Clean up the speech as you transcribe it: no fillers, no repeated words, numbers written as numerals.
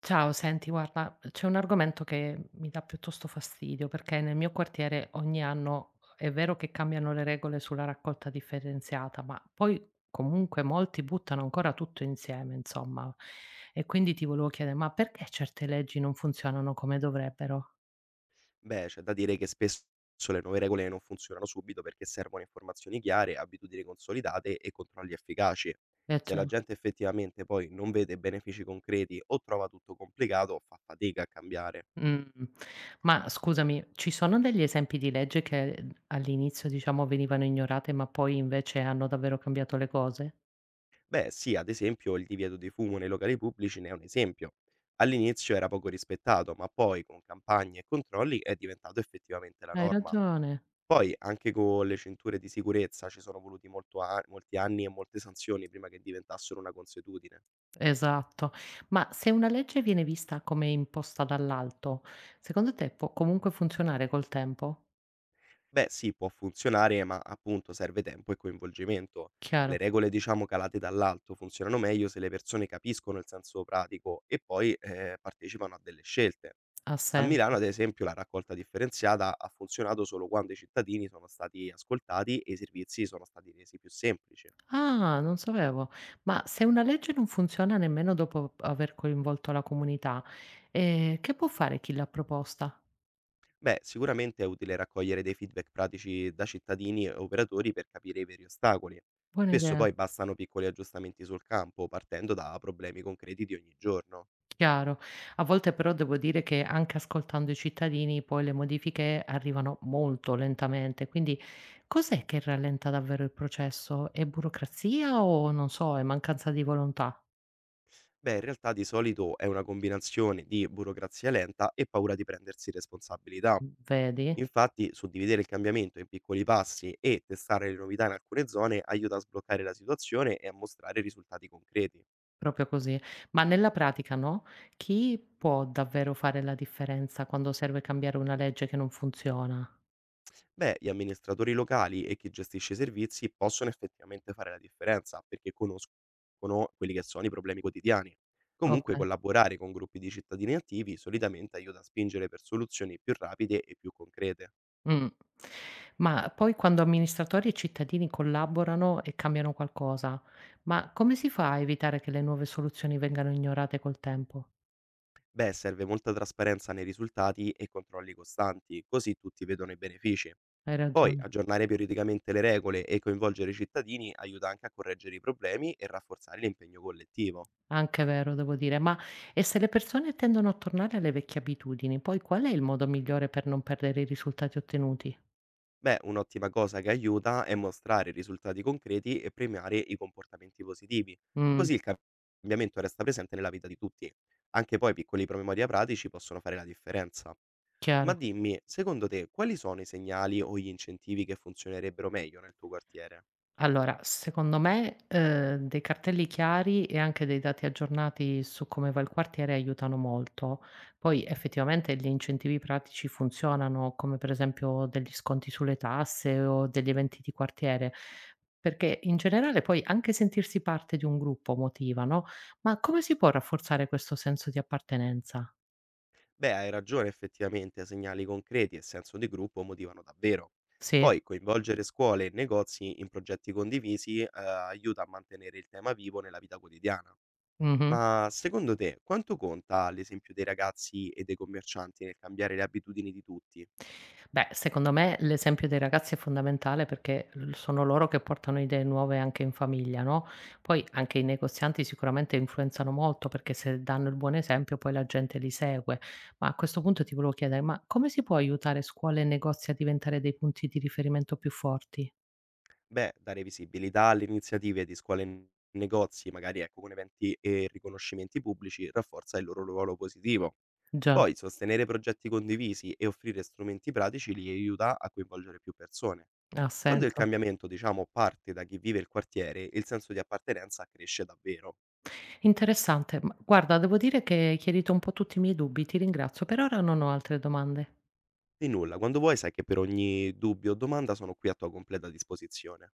Ciao, senti, guarda, c'è un argomento che mi dà piuttosto fastidio perché nel mio quartiere ogni anno è vero che cambiano le regole sulla raccolta differenziata, ma poi comunque molti buttano ancora tutto insieme, insomma. E quindi ti volevo chiedere, ma perché certe leggi non funzionano come dovrebbero? Beh, c'è da dire che spesso le nuove regole non funzionano subito perché servono informazioni chiare, abitudini consolidate e controlli efficaci. E Se la cioè- gente effettivamente poi non vede benefici concreti o trova tutto complicato, fa fatica a cambiare. Mm. Ma scusami, ci sono degli esempi di legge che all'inizio, diciamo, venivano ignorate, ma poi invece hanno davvero cambiato le cose? Beh, sì, ad esempio il divieto di fumo nei locali pubblici ne è un esempio. All'inizio era poco rispettato, ma poi con campagne e controlli è diventato effettivamente la Hai norma. ragione. Poi anche con le cinture di sicurezza ci sono voluti molti anni e molte sanzioni prima che diventassero una consuetudine. Esatto. Ma se una legge viene vista come imposta dall'alto, secondo te può comunque funzionare col tempo? Beh sì, può funzionare, ma appunto serve tempo e coinvolgimento. Le Chiaro, regole, diciamo, calate dall'alto funzionano meglio se le persone capiscono il senso pratico e poi partecipano a delle scelte. ha A Milano, senso. ad esempio, la raccolta differenziata ha funzionato solo quando i cittadini sono stati ascoltati e i servizi sono stati resi più semplici. Ah, non sapevo. Ma se una legge non funziona nemmeno dopo aver coinvolto la comunità, che può fare chi l'ha proposta? Beh, sicuramente è utile raccogliere dei feedback pratici da cittadini e operatori per capire i veri ostacoli. Buona Spesso idea. poi bastano piccoli aggiustamenti sul campo, partendo da problemi concreti di ogni giorno. Chiaro. A volte però devo dire che anche ascoltando i cittadini poi le modifiche arrivano molto lentamente, quindi cos'è che rallenta davvero il processo? È burocrazia o non so, è mancanza di volontà? Beh, in realtà di solito è una combinazione di burocrazia lenta e paura di prendersi responsabilità. Vedi? Infatti, suddividere il cambiamento in piccoli passi e testare le novità in alcune zone aiuta a sbloccare la situazione e a mostrare risultati concreti. Proprio così. Ma nella pratica, no? Chi può davvero fare la differenza quando serve cambiare una legge che non funziona? Beh, gli amministratori locali e chi gestisce i servizi possono effettivamente fare la differenza perché conoscono quelli che sono i problemi quotidiani. Ok. Comunque, collaborare con gruppi di cittadini attivi solitamente aiuta a spingere per soluzioni più rapide e più concrete. Mh. Ma poi quando amministratori e cittadini collaborano e cambiano qualcosa, ma come si fa a evitare che le nuove soluzioni vengano ignorate col tempo? Beh, serve molta trasparenza nei risultati e controlli costanti, così tutti vedono i benefici. Hai Poi ragione, aggiornare periodicamente le regole e coinvolgere i cittadini aiuta anche a correggere i problemi e rafforzare l'impegno collettivo. anche vero devo dire. Ma e se le persone tendono a tornare alle vecchie abitudini, poi qual è il modo migliore per non perdere i risultati ottenuti? Beh, un'ottima cosa che aiuta è mostrare risultati concreti e premiare i comportamenti positivi, Mh, così il cambiamento resta presente nella vita di tutti. Anche poi piccoli promemoria pratici possono fare la differenza. Ma chiaro. dimmi, secondo te, quali sono i segnali o gli incentivi che funzionerebbero meglio nel tuo quartiere? Allora, secondo me, dei cartelli chiari e anche dei dati aggiornati su come va il quartiere aiutano molto. Poi effettivamente gli incentivi pratici funzionano, come per esempio degli sconti sulle tasse o degli eventi di quartiere, perché in generale poi anche sentirsi parte di un gruppo motiva, no, ma come si può rafforzare questo senso di appartenenza? Beh, hai ragione effettivamente, segnali concreti e senso di gruppo motivano davvero. Sì. Poi coinvolgere scuole e negozi in progetti condivisi, aiuta a mantenere il tema vivo nella vita quotidiana. Mh-mh. Ma secondo te quanto conta l'esempio dei ragazzi e dei commercianti nel cambiare le abitudini di tutti? Beh, secondo me l'esempio dei ragazzi è fondamentale perché l sono loro che portano idee nuove anche in famiglia, no, poi anche i negozianti sicuramente influenzano molto perché se danno il buon esempio poi la gente li segue. Ma a questo punto ti volevo chiedere: ma come si può aiutare scuole e negozi a diventare dei punti di riferimento più forti? Beh, dare visibilità alle iniziative di scuole e negozi, magari ecco, con eventi e riconoscimenti pubblici, rafforza il loro ruolo positivo. Già, Poi sostenere progetti condivisi e offrire strumenti pratici li aiuta a coinvolgere più persone. ha Quando il senso. cambiamento, diciamo, parte da chi vive il quartiere, il senso di appartenenza cresce davvero. Interessante, ma guarda devo dire che hai chiarito un po' tutti i miei dubbi, ti ringrazio. Per ora non ho altre domande. E nulla, quando vuoi sai che per ogni dubbio o domanda sono qui a tua completa disposizione.